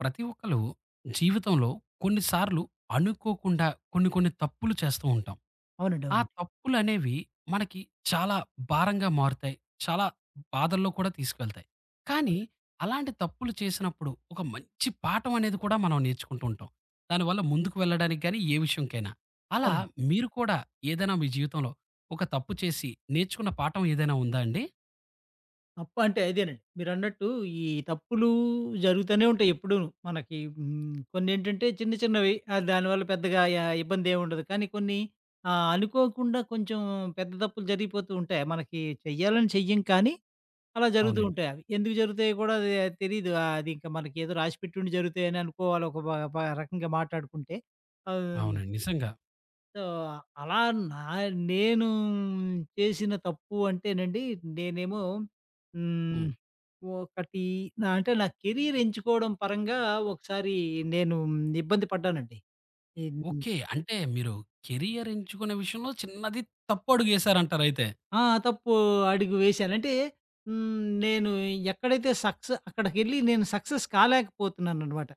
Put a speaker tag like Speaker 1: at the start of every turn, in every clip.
Speaker 1: ప్రతి ఒక్కళ్ళు జీవితంలో కొన్నిసార్లు అనుకోకుండా కొన్ని కొన్ని తప్పులు చేస్తూ ఉంటాం.
Speaker 2: అవునండి.
Speaker 1: ఆ
Speaker 2: అవునండి.
Speaker 1: తప్పులు అనేవి మనకి చాలా భారంగా మారుతాయి. చాలా బాధల్లో కూడా తీసుకెళ్తాయి. కానీ
Speaker 2: అవునండి.
Speaker 1: అలాంటి తప్పులు చేసినప్పుడు ఒక మంచి పాఠం అనేది కూడా మనం నేర్చుకుంటూ ఉంటాం. దానివల్ల ముందుకు వెళ్ళడానికి గాని ఏ విషయంకైనా. అలా
Speaker 2: అవునండి.
Speaker 1: మీరు కూడా ఏదైనా మీ జీవితంలో ఒక తప్పు చేసి నేర్చుకున్న పాఠం ఏదైనా ఉందా అండి?
Speaker 2: తప్పు అంటే అదేనండి. మీరన్నట్టు ఈ తప్పులు జరుగుతూనే ఉంటాయి ఎప్పుడూను. మనకి కొన్నేంటంటే చిన్న చిన్నవి, దానివల్ల పెద్దగా ఇబ్బందేముండదు. కానీ కొన్ని అనుకోకుండా కొంచెం పెద్ద తప్పులు జరిగిపోతూ ఉంటాయి. మనకి చెయ్యాలని చెయ్యం కానీ అలా జరుగుతూ
Speaker 1: అవునండి.
Speaker 2: ఉంటాయి అవి. ఎందుకు జరుగుతాయో కూడా అది తెలీదు. అది ఇంకా మనకేదో రాసిపెట్టుండి జరుగుతాయని అనుకోవాలి ఒక బ బ రకంగా మాట్లాడుకుంటే. ఆహ్
Speaker 1: అవునండి. నిజంగా.
Speaker 2: సో, అలా నా నేను చేసిన తప్పు అంటేనండి, నేనేమో హ్మ్.
Speaker 1: హ్మ్.
Speaker 2: ఒకటి నా కెరీర్ ఎంచుకోవడం పరంగా ఒకసారి నేను ఇబ్బంది పడ్డానండి. In
Speaker 1: okay. అంటే మీరు కెరియర్ ఎంచుకునే విషయంలో చిన్నది తప్పడుగేశారంటారయితే.
Speaker 2: ఆ! తప్పు అడుగు వేశాను. అంటే నేను ఎక్కడైతే సక్సె అక్కడికెళ్ళి నేను సక్సెస్ కాలేకపోతున్నాననమాట.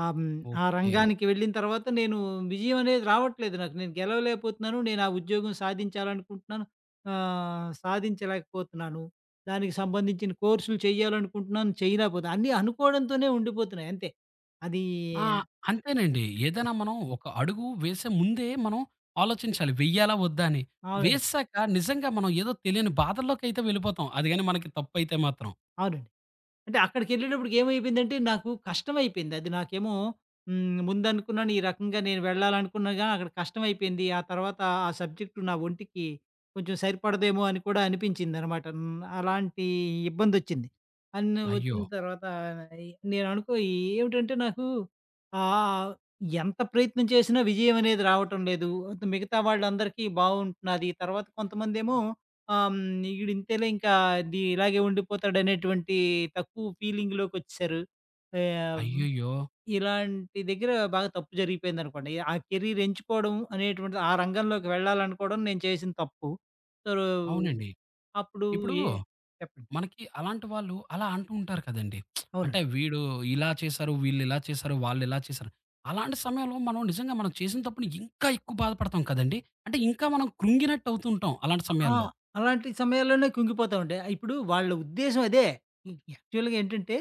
Speaker 2: ఆ! ఆ
Speaker 1: ఓకే.
Speaker 2: రంగానికి వెళ్ళిన తర్వాత నేను విజయం అనేది రావట్లేదు నాకు. నేను గెలవలేకపోతున్నాను. నేను ఆ ఉద్యోగం సాధించాలనుకుంటున్నాను. సాధించలేకపోతున్నాను. దానికి సంబంధించిన కోర్సులు చేయాలనుకుంటున్నాను, చేయలేకపోతున్నా. అన్నీ అనుకోవడంతోనే ఉండిపోతున్నాయి అంతే. అది
Speaker 1: ఆ! అంతేనండి. ఏదైనా మనం ఒక అడుగు వేసే ముందే మనం ఆలోచించాలి వెయ్యాలా? వద్దా? అని.
Speaker 2: అవునండి.
Speaker 1: వేసాక నిజంగా మనం ఏదో తెలియని బాధల్లోకైతే వెళ్ళిపోతాం. అది గాని మనకి తప్పైతే మాత్రం.
Speaker 2: అవునండి. అంటే అక్కడికెళ్ళేటప్పటికి ఏమైపోయిందంటే నాకు కష్టమైపోయింది. అది నాకేమో ముందనుకున్నాను ఈ రకంగా నేను వెళ్ళాలనుకున్నా గాని అక్కడ కష్టమైపోయింది. ఆ తర్వాత ఆ సబ్జెక్టు నా ఒంటికి కొంచెం సరిపడదేమో అని కూడా అనిపించిందనమాట. అలాంటి ఇబ్బందొచ్చింది. అన్ని
Speaker 1: అయ్యో!
Speaker 2: వచ్చిన తర్వాత ఈ నేననుకో ఏమిటంటే నాకు ఆహ్, ఎంత ప్రయత్నం చేసినా విజయం అనేది రావటం లేదు. మిగతా వాళ్ళందరికీ బావుంటున్నది. తర్వాత కొంతమందేమో ఆహ్, హ్మ్. ఈడింతేలే, ఇంకా ఇలాగే ఉండిపోతాడనేటువంటి తక్కువ ఫీలింగ్‌లోకొచ్చేసారు. ఆహ్, హుహు.
Speaker 1: అయ్యయ్యో!
Speaker 2: ఇలాంటి దగ్గర బాగా తప్పు జరిగిపోయిందనుకోండి. ఆ కెరీర్ ఎంచుకోవడం అనేటువంటిది, ఆ రంగంలోకి వెళ్ళాలనుకోవడం నేను చేసిన తప్పు. సో,
Speaker 1: అవునండి.
Speaker 2: అప్పుడు
Speaker 1: ఇప్పుడు
Speaker 2: ఏ చెప్పండి.
Speaker 1: మనకి అలాంటి వాళ్ళు అలా అంటూ ఉంటారు కదండీ! అంటే
Speaker 2: అవునండి.
Speaker 1: వీడు ఇలా చేశారు, వీళ్ళు ఇలా చేశారు, వాళ్ళు ఇలా చేశారు. అలాంటి సమయంలో మనం నిజంగా మనం చేసిన తప్పుని ఇంకా ఎక్కువ బాధపడతాం కదండీ! అంటే ఇంకా మనం కృంగినట్టు అవుతుంటాం అలాంటి
Speaker 2: ఆ!
Speaker 1: సమయాల్లో.
Speaker 2: అలాంటి సమయాల్లోనే కుంగిపోతామండి. ఇప్పుడు వాళ్ళ ఉద్దేశ్యం అదే. ఈ యాక్చువల్‌గా ఏంటంటే,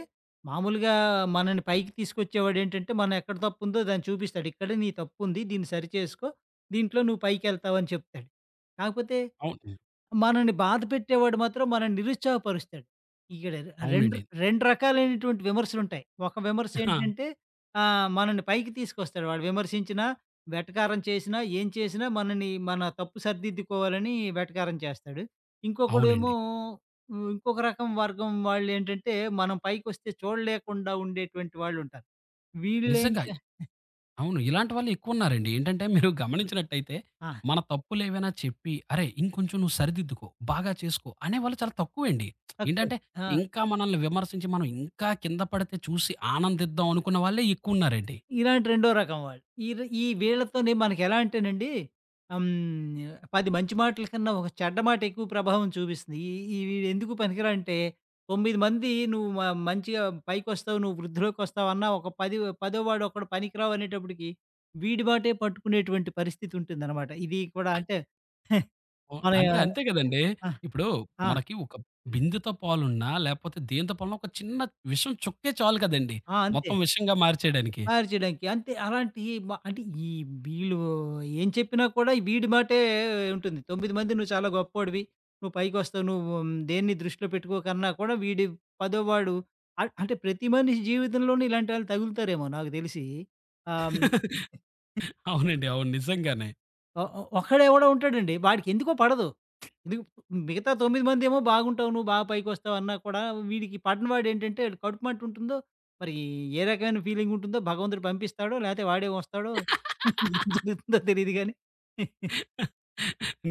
Speaker 2: మామూలుగా మనని పైకి తీసుకొచ్చేవాడేంటంటే, మనం ఎక్కడ తప్పుందో దాన్ని చూపిస్తాడు. ఇక్కడ నీ తప్పుంది. దీన్ని సరిచేసుకో. దీంట్లో నువ్వు పైకెళ్తావని చెప్తాడు. కాకపోతే
Speaker 1: అవును.
Speaker 2: మనల్ని బాధ పెట్టేవాడు మాత్రం మనల్ని నిరుత్సాహపరుస్తాడు. ఇక్కడ రెండు,
Speaker 1: అవునండి. ఆ!
Speaker 2: 2 రకాలైనటువంటి విమర్శలుంటాయి. ఒక విమర్శ ఏంటంటే మనల్ని పైకి తీసుకొస్తాడు. వాడు విమర్శించినా, వెటకారం చేసినా, ఏం చేసినా మనని మన తప్పు సరిదిద్దుకోవాలని వెటకారం చేస్తాడు. ఇంకొకడేమో
Speaker 1: అవునండి.
Speaker 2: ఇంకొక రకం వర్గం వాళ్ళేంటంటే మనం పైకొస్తే చూడలేకుండా ఉండేటువంటి వాళ్ళుంటారు. హ్మ్. వీళ్ళేం
Speaker 1: నిజంగా
Speaker 2: చే
Speaker 1: అవును. ఇలాంటి వాళ్ళు ఎక్కువున్నారండి. ఏంటంటే మీరు గమనించినట్టయితే
Speaker 2: ఆ!
Speaker 1: మన తప్పులేవైనా చెప్పి, "అరే! ఇంకొంచెం నువ్వు సరిదిద్దుకో, బాగా చేసుకో" అనేవాళ్ళు చాలా తక్కువండి.
Speaker 2: తక్కువ.
Speaker 1: ఏంటంటే
Speaker 2: ఆ!
Speaker 1: ఇంకా మనల్ని విమర్శించి మనం ఇంకా కింద పడితే చూసి ఆనందిద్దాం అనుకున్న వాళ్ళే ఎక్కువున్నారండి.
Speaker 2: ఇలాంటి రెండో రకం వాళ్ళు. ఈర్ ఈ వీళ్ళతోనే మనకెలా అంటేనండి, హ్మ్. 10 మంచి మాటల కన్నా ఒక చెడ్డ మాట ఎక్కువ ప్రభావం చూపిస్తుంది. ఈ ఈ వీడెందుకు పనికిరాడంటే 9 మంది నువ్వు మంచిగా పైకొస్తావు, నువ్వు వృద్ధిలోకొస్తావన్నా ఒక పదోవాడు ఒకడు పనికిరావు అనేటప్పటికి వీడి మాటే పట్టుకునేటువంటి పరిస్థితి ఉంటుందనమాట. ఇది కూడా అంటే
Speaker 1: ఓ
Speaker 2: మన
Speaker 1: అంటే అంతే గదండీ!
Speaker 2: ఆ!
Speaker 1: ఇప్పుడు
Speaker 2: ఆ!
Speaker 1: మనకి ఒక బిందెతో పాలున్నా, లేపోతే దేనితో పాలున్నా ఒక చిన్న విషం చుక్కే చాలు కదండీ!
Speaker 2: ఆ! అంతే.
Speaker 1: మొత్తం విషంగా మార్చేయడానికి.
Speaker 2: మార్చడానికి. అంతే అలాంటి మ అంటే ఈ వీళ్ళు ఏం చెప్పినా కూడా వీడి మాటే ఉంటుంది. 9 మంది "నువ్వు చాలా గొప్పోడివి. నువ్వు పైకొస్తావు. నువ్వు దేన్ని దృష్టిలో పెట్టుకోకన్నా" కూడా వీడి పదోవాడు అంటే ప్రతి మనిషి జీవితంలోనూ ఇలాంటి వాళ్ళు తగులుతారేమో నాకు తెలిసి. ఆహ్, హ్మ్.
Speaker 1: అవునండి. అవును. నిజంగానే.
Speaker 2: ఒ ఒ ఒక్కడే ఎవడో ఉంటాడండి. వాడికెందుకో పడదు. ఎందుకు మిగతా 9 మందేమో బాగుంటావు, నువ్వు బాగా పైకొస్తావు అన్నా కూడా వీడికి పడనివాడేంటంటే ఆడు కడుపు మంటుంటుందో, మరి ఏ రకమైన ఫీలింగ్ ఉంటుందో, భగవంతుడు పంపిస్తాడో, లేతే వాడే వస్తాడో, ఏం జరుగుతుందో తెలీదు గానీ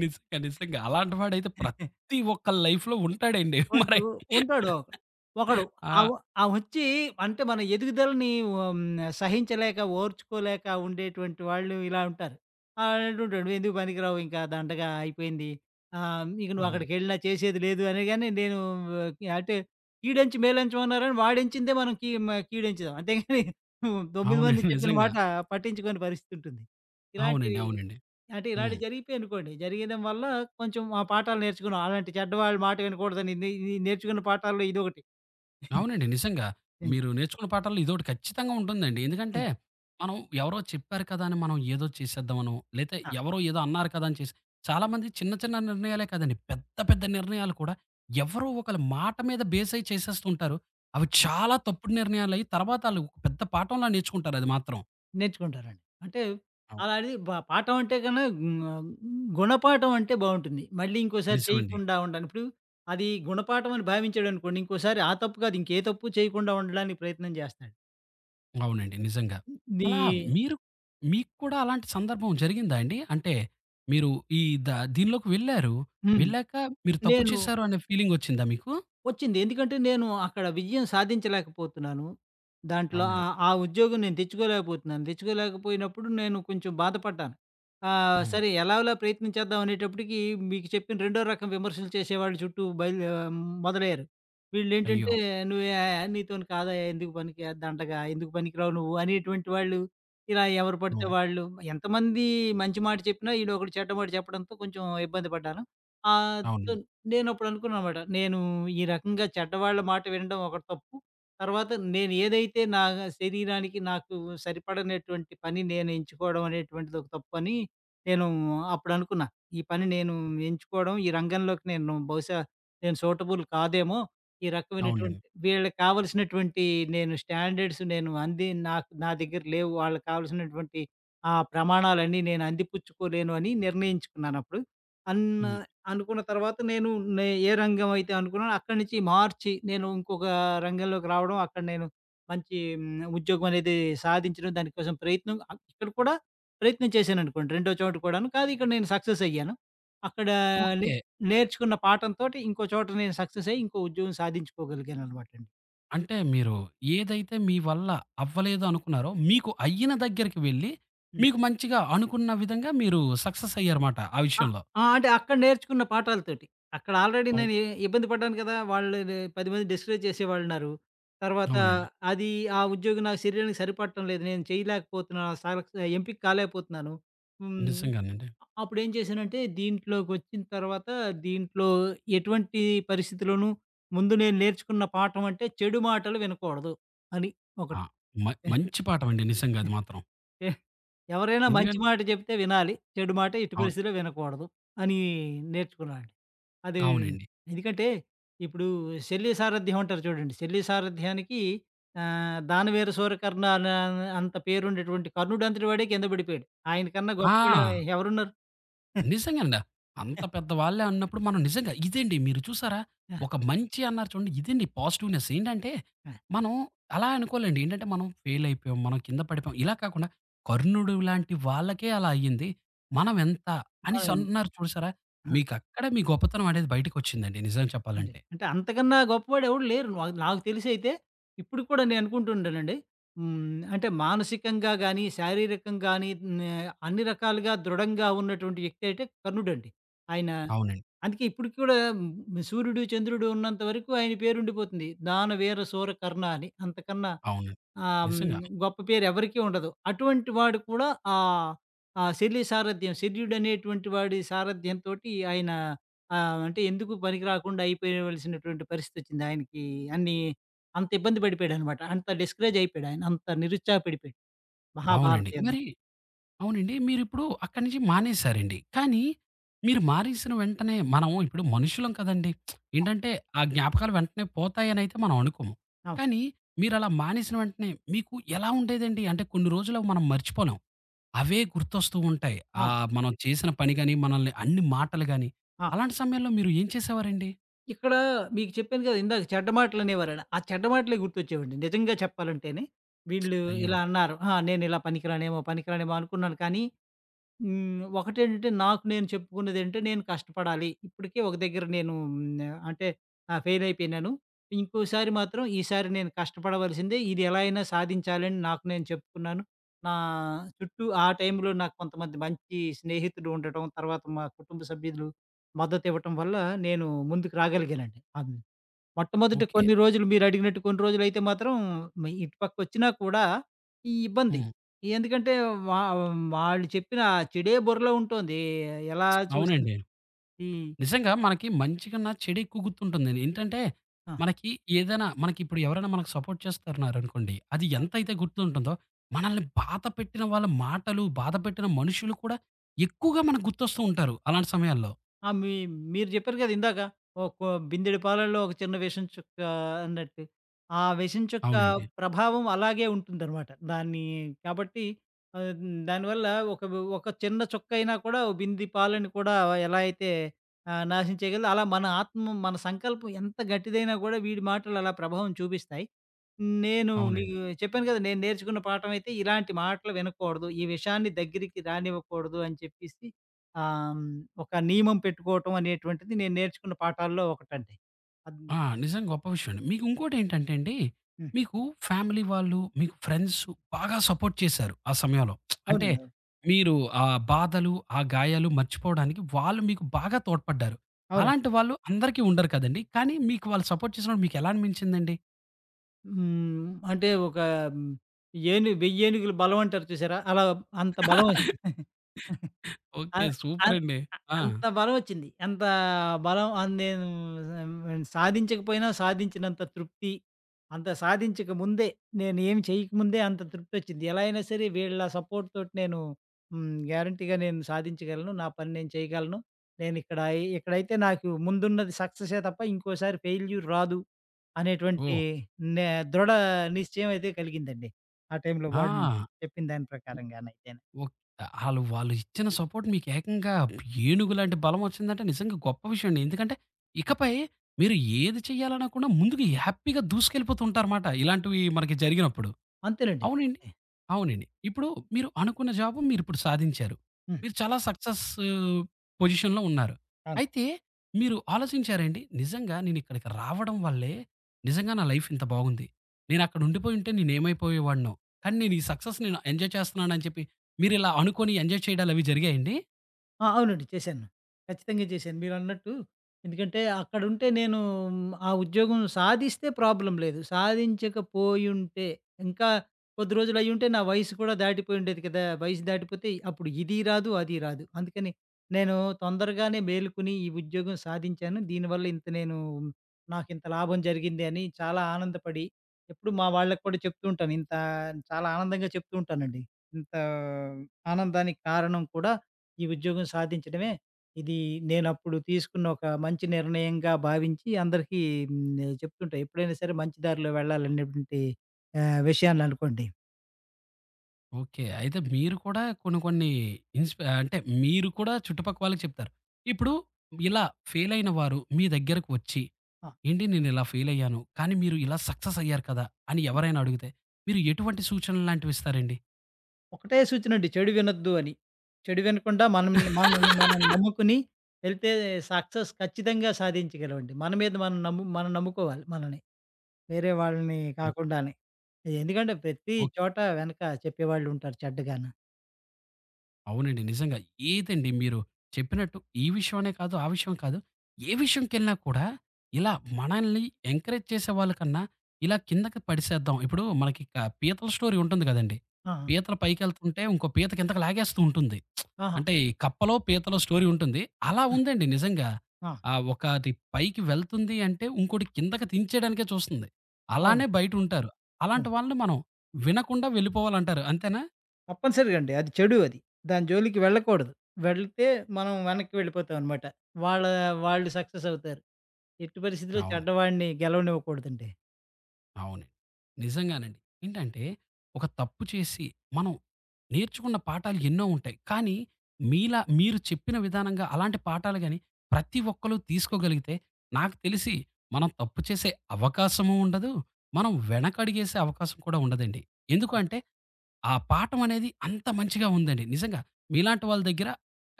Speaker 1: నిజంగా. నిజంగా. అలాంటి వాడైతే ప్రతి ఒక్కళ్ళ లైఫ్‌లో ఉంటాడండి. మరి
Speaker 2: ఉంటూ ఉంటాడు. ఒకడు. ఆవ
Speaker 1: ఆ!
Speaker 2: ఆవొచ్చి అంటే మన ఎదుగుదలని హ్మ్. సహించలేక, ఓర్చుకోలేక ఉండేటువంటి వాళ్ళు ఇలా ఉంటారు. ఆడంటుంటాడు, ఎందుకు పనికిరావు, ఇంకా దండగా అయిపోయింది. ఇక నువ్వు
Speaker 1: అవును.
Speaker 2: అక్కడికెళ్ళినా చేసేది లేదు అనగానే నేను ఆ, అంటే కీడెంచి మేలెంచం అన్నారని వాడెంచిందే మనం కీ మ కీడెంచుదాం. అంతేగాని 9 మంది
Speaker 1: అవునండి.
Speaker 2: చెప్పిన
Speaker 1: నిజంగా.
Speaker 2: మాట పట్టించుకోని పరిస్థితి ఉంటుంది.
Speaker 1: అవునండి.
Speaker 2: ఇలాంటివి
Speaker 1: అవునండి.
Speaker 2: అంటే
Speaker 1: హ్మ్.
Speaker 2: ఇలాంటివి జరిగిపోయాయి అనుకోండి. జరగడం వల్ల కొంచెం ఆ పాఠాలు నేర్చుకున్నాం. అలాంటి చెడ్డవాళ్ళ మాట వినకూడదని నే నే నేర్చుకున్న పాఠాల్లో ఇదొకటి.
Speaker 1: అవునండి. నిజంగా.
Speaker 2: హ్మ్.
Speaker 1: మీరు నేర్చుకున్న పాఠాల్లో ఇదోకటి ఖచ్చితంగా ఉంటుందండి. ఎందుకంటే,
Speaker 2: హ్మ్.
Speaker 1: మనం ఎవరో చెప్పారు కదా అని మనం ఏదో చేసేద్దామనో, లేతే
Speaker 2: ఆ!
Speaker 1: ఎవరో ఏదో అన్నారు కదా అని చేసి చాలామంది చిన్న చిన్న నిర్ణయాలే కాదండి. పెద్ద పెద్ద నిర్ణయాలు కూడా ఎవరో ఒకళ్ళ మాట మీద బేస్ అయ్యి చేసేస్తుంటారు. అవి
Speaker 2: ఆ!
Speaker 1: చాలా తప్పుడు నిర్ణయాలయ్యి తర్వాత ఆళ్ళు ఒక పెద్ద పాఠంలా నేర్చుకుంటారు అది మాత్రం.
Speaker 2: నేర్చుకుంటారండి. అంటే అలాంటిది పాఠం అంటే కన్నా గుణపాఠం అంటే బావుంటుంది. మళ్ళీ ఇంకోసారి
Speaker 1: నిజమండి.
Speaker 2: చేయకుండా ఉండాలి. ఇప్పుడు అది గుణపాఠం అని భావించాడనుకోండి, ఇంకోసారి ఆ తప్పు కాదు ఇంకే తప్పు చేయకుండా ఉండడానికి ప్రయత్నం చేస్తాడు.
Speaker 1: అవునండి. నిజంగా.
Speaker 2: నీ
Speaker 1: అలా మీరు మీకు కూడా అలాంటి సందర్భం జరిగిందా అండి? అంటే మీరు ఈ ద దీనిలోకి వెళ్లారు.
Speaker 2: హ్మ్.
Speaker 1: వెళ్ళాక మీరు తప్పు
Speaker 2: నేను
Speaker 1: చేశారు అనే ఫీలింగ్ వచ్చిందా మీకు?
Speaker 2: వచ్చింది. ఎందుకంటే నేను అక్కడ విజయం సాధించలేకపోతున్నాను. దాంట్లో ఆ
Speaker 1: అవునండి.
Speaker 2: ఆ ఉద్యోగం నేను తెచ్చుకోలేకపోతున్నాను. తెచ్చుకోలేకపోయినప్పుడు నేను కొంచెం బాధపడ్డాను.
Speaker 1: హ్మ్.
Speaker 2: సరే ఎలాగోలా ప్రయత్నం చేద్దాం అనేటప్పటికి మీకు చెప్పిన రెండో రకం విమర్శలు చేసేవాళ్ళు చుట్టూ మొదలయ్యారు.
Speaker 1: అయ్యో!
Speaker 2: వీళ్ళేంటంటే, "నువ్వే "నీతోని కాదయ్యా, ఎందుకు పనికి, దండగా, ఎందుకు పనికిరావు నువ్వు" అనేటువంటి వాళ్ళు ఇలా ఎవరు పడితే
Speaker 1: అవును.
Speaker 2: వాళ్ళు. ఎంతమంది మంచి మాట చెప్పినా ఈడొకడు చెడ్డ మాట చెప్పడంతో కొంచెం ఇబ్బంది పడ్డాను. ఆహ్, సో
Speaker 1: అవునండి.
Speaker 2: నేనప్పుడు అనుకున్నానమాట. నేను ఈ రకంగా చెడ్డవాళ్ళ మాట వినడం ఒక తప్పు. తర్వాత నేను ఏదైతే నా శరీరానికి నాకు సరిపడనటువంటి పని నేను ఎంచుకోవడం అనేటువంటిది ఒక తప్పు అని నేను అప్పుడనుకున్నా. ఈ పని నేను ఎంచుకోవడం, ఈ రంగంలోకి నేను బహుశా నేను సూటబుల్ కాదేమో! ఈ
Speaker 1: అవునండి.
Speaker 2: రకమైనటువంటి వీళ్ళకి కావాల్సినటువంటి స్టాండర్డ్స్ నేను అంది నాకు నా దగ్గర లేవు. వాళ్ళకి కావాల్సినటువంటి ఆ ప్రమాణాలన్నీ నేను అందిపుచ్చుకోలేను అని నిర్ణయించుకున్నానప్పుడు. అన్
Speaker 1: హ్మ్.
Speaker 2: అనుకున్న తర్వాత నేను ఏ రంగం అయితే అనుకున్నానో అక్కడి నుంచి మార్చి నేను ఇంకొక రంగంలోకి రావడం, అక్కడ నేను మంచి ఉద్యోగం అనేది సాధించడం, దానికోసం ప్రయత్నం ఇక్కడ కూడా ప్రయత్నం చేశాననుకోండి రెండో చోట కూడాను. కానీ ఇక్కడ నేను సక్సెస్ అయ్యాను. అక్కడ ఓకే.
Speaker 1: ఓకే.
Speaker 2: నేర్చుకున్న పాఠంతోటి ఇంకో చోట నేను సక్సెస్ అయ్యి ఇంకో ఉద్యోగం సాధించుకోగలిగాననమాటండి.
Speaker 1: అంటే మీరు ఏదైతే మీ వల్ల అవ్వలేదు అనుకున్నారో, మీకు అయ్యిన దగ్గరికి వెళ్లి,
Speaker 2: హ్మ్.
Speaker 1: మీకు మంచిగా అనుకున్న విధంగా మీరు సక్సెస్ అయ్యారుమాట ఆ
Speaker 2: ఆ!
Speaker 1: విషయంలో.
Speaker 2: ఆ! అంటే అక్కడ నేర్చుకున్న పాఠాలతోటి. అక్కడ ఆల్రెడీ
Speaker 1: అవు
Speaker 2: నేను ఇబ్బంది పడ్డాను కదా! వాళ్ళు 10 మంది డిస్కరేజ్ చేసేవాళ్ళున్నారు. తర్వాత
Speaker 1: అవునండి.
Speaker 2: హ్మ్. అది ఆ ఉద్యోగం నా శరీరానికి సరిపడటం లేదు. నేను చేయలేకపోతున్నాను. సెలెక్ట్, ఎంపిక కాలేకపోతున్నాను. హ్మ్.
Speaker 1: నిజంగానండి.
Speaker 2: అప్పుడేం చేశానంటే దీంట్లోకొచ్చిన తర్వాత దీంట్లో ఎటువంటి పరిస్థితిలోనూ ముందు నేను నేర్చుకున్న పాఠం అంటే చెడు మాటలు వినకూడదు అని
Speaker 1: ఆ!
Speaker 2: ఒకటి.
Speaker 1: మ మంచి పాఠమండి నిజంగా అది మాత్రం.
Speaker 2: ఎ ఎవరైనా ఆ! మంచి
Speaker 1: ఎందుకం
Speaker 2: మాట చెప్తే వినాలి. చెడు మాట ఎట్టి
Speaker 1: అవును.
Speaker 2: పరిస్థితిలో వినకూడదు అని నేర్చుకున్నానండి. అది
Speaker 1: అవునండి.
Speaker 2: ఎందుకంటే ఇప్పుడు శల్య సారథ్యం అంటారు చూడండి. శల్య సారథ్యానికి దానవీర సూరకర్ణ అంత పేరుండేటువంటి కర్ణుడంతటి వాడే కింద పడిపోయాడు. ఆయన కన్నా గొప్పోడు
Speaker 1: ఆ!
Speaker 2: ఎవరున్నారు?
Speaker 1: నిజంగానండి. అంత పెద్ద వాళ్ళే అన్నప్పుడు మనం నిజంగా ఇదండి మీరు చూసారా? ఒక మంచి అన్నారు చూడండి. ఇదండి పాజిటివ్‌నెస్. ఏంటంటే, మనం అలా అనుకోలేండి. ఏంటంటే, మనం ఫెయిల్ అయిపోయాం. మనం కింద పడిపోయాం. ఇలా కాకుండా కర్ణుడు లాంటి వాళ్ళకే అలా అయ్యింది. మనం ఎంత అనేసి
Speaker 2: మనమేం
Speaker 1: అన్నారు చూసారా? మీకు అక్కడే మీ గొప్పతనం అనేది బయటకొచ్చిందండి నిజం
Speaker 2: అంటే,
Speaker 1: చెప్పాలంటే.
Speaker 2: అంతకన్నా గొప్పవాడు ఎవడు లేరు. నాకు నాకు తెలిసైతే ఇప్పటికి కూడా నేను అనుకుంటూ ఉంటానండి. అంటే మానసికంగా గాని, శారీరకంగా గాని నే అన్ని రకాలుగా దృఢంగా ఉన్నటువంటి వ్యక్తి అయితే కర్ణుడండి. ఆయన
Speaker 1: అవునండి.
Speaker 2: అందుకే ఇప్పటికి కూడా సూర్యుడు, చంద్రుడు ఉన్నంత వరకు ఆయన పేరుండిపోతుంది, దానవీర సూర కర్ణ అని. అంతకన్నా
Speaker 1: అవును.
Speaker 2: ఆహ్, హ్మ్.
Speaker 1: నిజంగా.
Speaker 2: గొప్ప పేరు ఎవరికీ ఉండదు. అటువంటి వాడు కూడా ఆహ్, ఆ శల్య సారథ్యం, శల్యుడనేటువంటి వాడి సారథ్యంతోటి ఆయన అంటే ఎందుకు పనికి రాకుండా అయిపోయవలసినటువంటి పరిస్థితొచ్చింది ఆయనకి. అన్ని అంత ఇబ్బంది పడిపోయాడనమాట. అంత డిస్కరేజ్ అయిపోయాడు ఆయన. అంత నిరుత్సాహపడిపోయాడు. అవునా? మహాభారత
Speaker 1: అవునండి.
Speaker 2: యుద్ధం.
Speaker 1: మరి అవునండి. మీరిప్పుడు అక్కడి నుంచి మానేసారండి. కానీ మీరు మానేసిన వెంటనే మనం ఇప్పుడు మనుషులం కదండీ! ఏంటంటే ఆ జ్ఞాపకాలు వెంటనే పోతాయనైతే మనం అనుకోము.
Speaker 2: ఆ!
Speaker 1: కానీ మీరలా మానేసిన వెంటనే మీకు ఎలా ఉండేదండి? అంటే కొన్ని రోజులు అవి మనం మర్చిపోలేం. అవే గుర్తొస్తూ ఉంటాయి.
Speaker 2: ఆ!
Speaker 1: ఆహ్, మనం చేసిన పని గాని, మనల్ని అన్ని మాటలు గాని.
Speaker 2: ఆ!
Speaker 1: అలాంటి సమయంలో మీరు ఏం చేసేవారండి?
Speaker 2: ఇక్కడ మీకు చెప్పాను కదా ఇందాక, చెడ్డ మాటలనేవారని. ఆ చెడ్డ మాటలే గుర్తొచ్చేవండి, నిజంగా చెప్పాలంటేనే. వీళ్ళు
Speaker 1: అయ్యో!
Speaker 2: ఇలా అన్నారు. ఆ! నేనిలా పనికిరానేమో, పనికిరానేమో అనుకున్నాను కానీ ఒకటేంటంటే నాకు నేను చెప్పుకున్నదేంటే నేను కష్టపడాలి. ఇప్పటికే ఒక దగ్గర నేను అంటే ఫెయిల్ అయిపోయినాను. ఇంకోసారి మాత్రం ఈసారి నేను కష్టపడవలసిందే. ఇది ఎలా అయినా సాధించాలని నాకు నేను చెప్పుకున్నాను. నా చుట్టూ ఆ టైంలో నాకు కొంతమంది మంచి స్నేహితులు ఉండటం, తర్వాత మా కుటుంబ సభ్యులు మద్దతివ్వటం వల్ల నేను ముందుకు రాగలిగానండి. మొట్టమొదటి
Speaker 1: ఓకే.
Speaker 2: కొన్ని రోజులు, మీరడిగినట్టు కొన్ని రోజులైతే మాత్రం ఇటు పక్కొచ్చినా కూడా ఇబ్బంది.
Speaker 1: హ్మ్.
Speaker 2: ఎందుకంటే వా వాళ్ళు చెప్పిన ఆ చెడే బుర్రలో ఉంటోంది ఎలా చూసినా.
Speaker 1: అవునండి.
Speaker 2: హ్మ్.
Speaker 1: నిజంగా మనకి మంచి కన్నా చెడు ఎక్కువ గుర్తుంటుందండి. ఏంటంటే,
Speaker 2: ఆ!
Speaker 1: మనకి ఏదైనా మనకిప్పుడు ఎవరైనా మనకు సపోర్ట్ చేస్తున్నారనుకోండి, అది ఎంతైతే గుర్తుంటుందో, మనల్ని బాధపెట్టిన వాళ్ళ మాటలు, బాధపెట్టిన మనుషులు కూడా ఎక్కువగా మనకు గుర్తొస్తూ ఉంటారు అలాంటి సమయాల్లో.
Speaker 2: ఆ! మీరు జెప్పారు గదా ఇందాక, ఒక బిందెడు పాలల్లో ఒక చిన్న విషం చుక్క అన్నట్టు. ఆ విషం చుక్క
Speaker 1: అవునండి.
Speaker 2: ప్రభావం అలాగే ఉంటుందనమాట. దాన్ని కాబట్టి ఆహ్, దానివల్ల ఒక ఒక చిన్న చుక్కయినా కూడా ఓ బింది పాలని కూడా ఎలా అయితే నాశనం చేయగలదో, అలా మన ఆత్మ, మన సంకల్పం ఎంత గట్టిదైనా గూడా వీడి మాటలు అలా ప్రభావం చూపిస్తాయి. నేను అవును.
Speaker 1: అవునండి.
Speaker 2: మీకు చెప్పాను గదా, నేను నేర్చుకున్న పాఠం అయితే ఇలాంటి మాటలు వినకూడదు. ఈ విషయాన్ని దగ్గరికి రానివ్వకూడదు అని చెప్పేసి ఆహ్, హ్మ్. ఒక నియమం పెట్టుకోవటం అనేటువంటిది నేను నేర్చుకున్న పాఠాల్లో ఒకటండి. అద్
Speaker 1: ఆ! నిజంగా గొప్ప విషయం అండి. మీకు ఇంకోటేంటంటే అండి,
Speaker 2: హ్మ్.
Speaker 1: మీకు ఫ్యామిలీ వాళ్ళు, మీకు ఫ్రెండ్స్ బాగా సపోర్ట్ చేశారు ఆ సమయంలో. అంటే
Speaker 2: అవునండి. అవును.
Speaker 1: మీరు ఆ బాధలు, ఆ గాయాలు మర్చిపోవడానికి వాళ్ళు మీకు బాగా తోడ్పడ్డారు.
Speaker 2: అవునండి.
Speaker 1: అలాంటి వాళ్ళు అందరికీ ఉండరు కదండీ! కానీ మీకు వాళ్ళు సపోర్ట్ చేసినప్పుడు మీకెలా అనిపించిందండి?
Speaker 2: హ్మ్. అంటే ఒక హ్మ్. ఏను వెయ్యేనుగులు బలం అంటారు చూసారా? అలా అంత బలం వచ్చి- ఆ!
Speaker 1: ఓకే.
Speaker 2: ఆ!
Speaker 1: సూపరండి. ఆ!
Speaker 2: అంత బలమొచ్చింది. అంత బలం నేను సాధించకపోయినా సాధించినంత తృప్తి, అంత సాధించక ముందే నేను ఏమి చేయకముందే అంత తృప్తొచ్చింది. ఎలా అయినా సరే వీళ్ళ సపోర్ట్ తోటి నేను గ్యారంటీగా నేను సాధించగలను. నా పని నేను చేయగలను. నేనిక్కడ ఇక్కడైతే నాకు ముందున్నది సక్సెసే తప్ప ఇంకోసారి ఫెయిల్యూర్ రాదు అనేటువంటి
Speaker 1: ఓహ్!
Speaker 2: నే దృఢ నిశ్చయం అయితే కలిగిందండి. ఆ టైంలో వాళ్ళు
Speaker 1: ఆ!
Speaker 2: చెప్పిన దాని ప్రకారంగానైతేను.
Speaker 1: ఓక్ ఆళ్ళు వాళ్ళు ఇచ్చిన సపోర్ట్ మీకు ఏకంగా ఏనుగులాంటి బలమొచ్చిందంటే నిజంగా గొప్ప విషయం అండి. ఎందుకంటే ఇకపై మీరు ఏది చేయాలన్నా కూడా ముందుకు హ్యాపీగా దూసుకెళ్ళిపోతూ ఉంటారుమాట. ఇలాంటివి మనకి జరిగినప్పుడు.
Speaker 2: అంతేనండి.
Speaker 1: అవునండి. అవునండి. ఇప్పుడు మీరు అనుకున్న జాబు మీరిప్పుడు సాధించారు.
Speaker 2: హ్మ్.
Speaker 1: మీరు చాలా సక్సెస్ పొజిషన్‌లో ఉన్నారు.
Speaker 2: ఆ!
Speaker 1: అయితే మీరు ఆలోచించారా అండి? నిజంగా నేనిక్కడికి రావడం వల్లే నిజంగా నా లైఫ్ ఇంత బాగుంది. నేనక్కడ ఉండిపోయుంటే నేనేమైపోయేవాడినో. కానీ నేను ఈ సక్సెస్ నేను ఎంజాయ్ చేస్తున్నానని చెప్పి మీరిలా అనుకోని ఎంజాయ్ చేయడాలవి జరిగాయండి?
Speaker 2: ఆ! అవునండి. చేశాను. ఖచ్చితంగా చేశాను. మీరన్నట్టు ఎందుకంటే అక్కడుంటే నేను ఆ ఉద్యోగం సాధిస్తే ప్రాబ్లమ్ లేదు. సాధించకపోయుంటే ఇంకా కొద్ది రోజులయ్యుంటే నా వయసు కూడా దాటిపోయుండేది కదా! వయసు దాటిపోతే అప్పుడు ఇది రాదు, అది రాదు. అందుకని నేను తొందరగానే మేలుకొని ఈ ఉద్యోగం సాధించాను. దీనివల్ల ఇంత నేను నాకింత లాభం జరిగింది అని చాలా ఆనందపడి ఎప్పుడు మా వాళ్ళకి కూడా చెప్తూ ఉంటాను. చాలా ఆనందంగా చెప్తూ ఉంటానండి. ఇంత ఆనందానికి కారణం కూడా ఈ ఉద్యోగం సాధించడమే. ఇది నేనప్పుడు తీసుకున్న ఒక మంచి నిర్ణయంగా భావించి అందరికీ చెప్తుంటా. ఎప్పుడైనా సరే మంచి దారిలో వెళ్ళాలనేటువంటి విషయాలనుకోండి.
Speaker 1: ఓకే. అయితే మీరు కూడా కొన్ని కొన్ని ఇన్‌స్పై అంటే మీరు కూడా చుట్టుపక్క వాళ్ళకి చెప్తారు. ఇప్పుడు ఇలా ఫెయిల్ అయిన వారు మీ దగ్గరకు వచ్చి,
Speaker 2: ఆ!
Speaker 1: "ఏంటి నేను ఇలా ఫెయిల్ అయ్యాను. కానీ మీరు ఇలా సక్సెస్ అయ్యారు కదా!" అని ఎవరైనా అడిగితే మీరు ఎటువంటి సూచనలు లాంటివి ఇస్తారండి?
Speaker 2: ఒకటే సూచనండి, చెడు వినొద్దు అని. చెడు వినకుండా మనం మనల్ని మనం నమ్ముకుని వెళ్తే సక్సెస్ ఖచ్చితంగా సాధించగలమండి. మన మీద మనం నమ్ముకోవాలి మనల్ని, వేరే వాళ్ళని
Speaker 1: ఓకే.
Speaker 2: కాకుండానే. ఎందుకంటే ప్రతి
Speaker 1: ఓకే.
Speaker 2: చోట వెనక చెప్పేవాళ్ళుంటారు చెడ్డగాను.
Speaker 1: అవునండి. నిజంగా. ఏదండి మీరు చెప్పినట్టు ఈ విషయం అనే కాదు, ఆ విషయం కాదు. ఏ విషయంకెళ్ళినా కూడా ఇలా మనల్ని ఎంకరేజ్ చేసేవాళ్ళ కన్నా ఇలా కిందకి పడిసేద్దాం. ఇప్పుడు మనకి పీతల స్టోరీ ఉంటుంది గదండీ!
Speaker 2: ఆహా!
Speaker 1: పీతలు పైకెళ్తుంటే ఇంకో పీత కిందకి లాగేస్తూ ఉంటుంది.
Speaker 2: ఆహా!
Speaker 1: అంటే ఈ కప్పలో, పీతలో స్టోరీ ఉంటుంది. అలా
Speaker 2: ఆ!
Speaker 1: ఉందండి నిజంగా.
Speaker 2: ఆ!
Speaker 1: ఆహ్, ఒకటి పైకి వెళ్తుంది అంటే ఇంకోటి కిందకి దించేయడానికే చూస్తుంది.
Speaker 2: అవును.
Speaker 1: అలానే బయటుంటారు.
Speaker 2: అవును.
Speaker 1: అలాంటి వాళ్ళని మనం వినకుండా వెళ్ళిపోవాలంటారు. అంతేనా?
Speaker 2: తప్పనిసరిగా అండి. అది చెడు అది. దాని జోలికి వెళ్ళకూడదు. వెళ్తే మనం వెనక్కి వెళ్ళిపోతామనమాట. వాళ్ళ వాళ్ళు సక్సెస్ అవుతారు. ఎట్టి పరిస్థితిలో
Speaker 1: అవును.
Speaker 2: చెడ్డవాడిని గెలవనివ్వకూడదండి.
Speaker 1: అవునండి. నిజంగానండి. ఏంటంటే ఒక తప్పు చేసి మనం నేర్చుకున్న పాఠాలు ఎన్నో ఉంటాయి. కానీ మీలా మీరు చెప్పిన విధానంగా అలాంటి పాఠాలు గాని ప్రతి ఒక్కళ్ళు తీసుకోగలిగితే నాకు తెలిసి మనం తప్పు చేసే అవకాశము ఉండదు. మనం వెనకడుగేసే అవకాశం కూడా ఉండదండి. ఎందుకు
Speaker 2: అవును.
Speaker 1: అంటే ఆ పాఠం అనేది అంత మంచిగా ఉందండి. నిజంగా మీలాంటి వాళ్ళ దగ్గర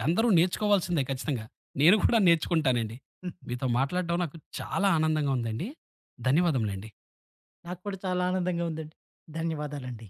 Speaker 1: అందరూ నేర్చుకోవాల్సిందే ఖచ్చితంగా. నేను కూడా నేర్చుకుంటానండి. మీతో మాట్లాడడం నాకు చాలా ఆనందంగా ఉందండి. ధన్యవాదములండి.
Speaker 2: నాకు కూడా చాలా ఆనందంగా ఉందండి. ధన్యవాదాలండి.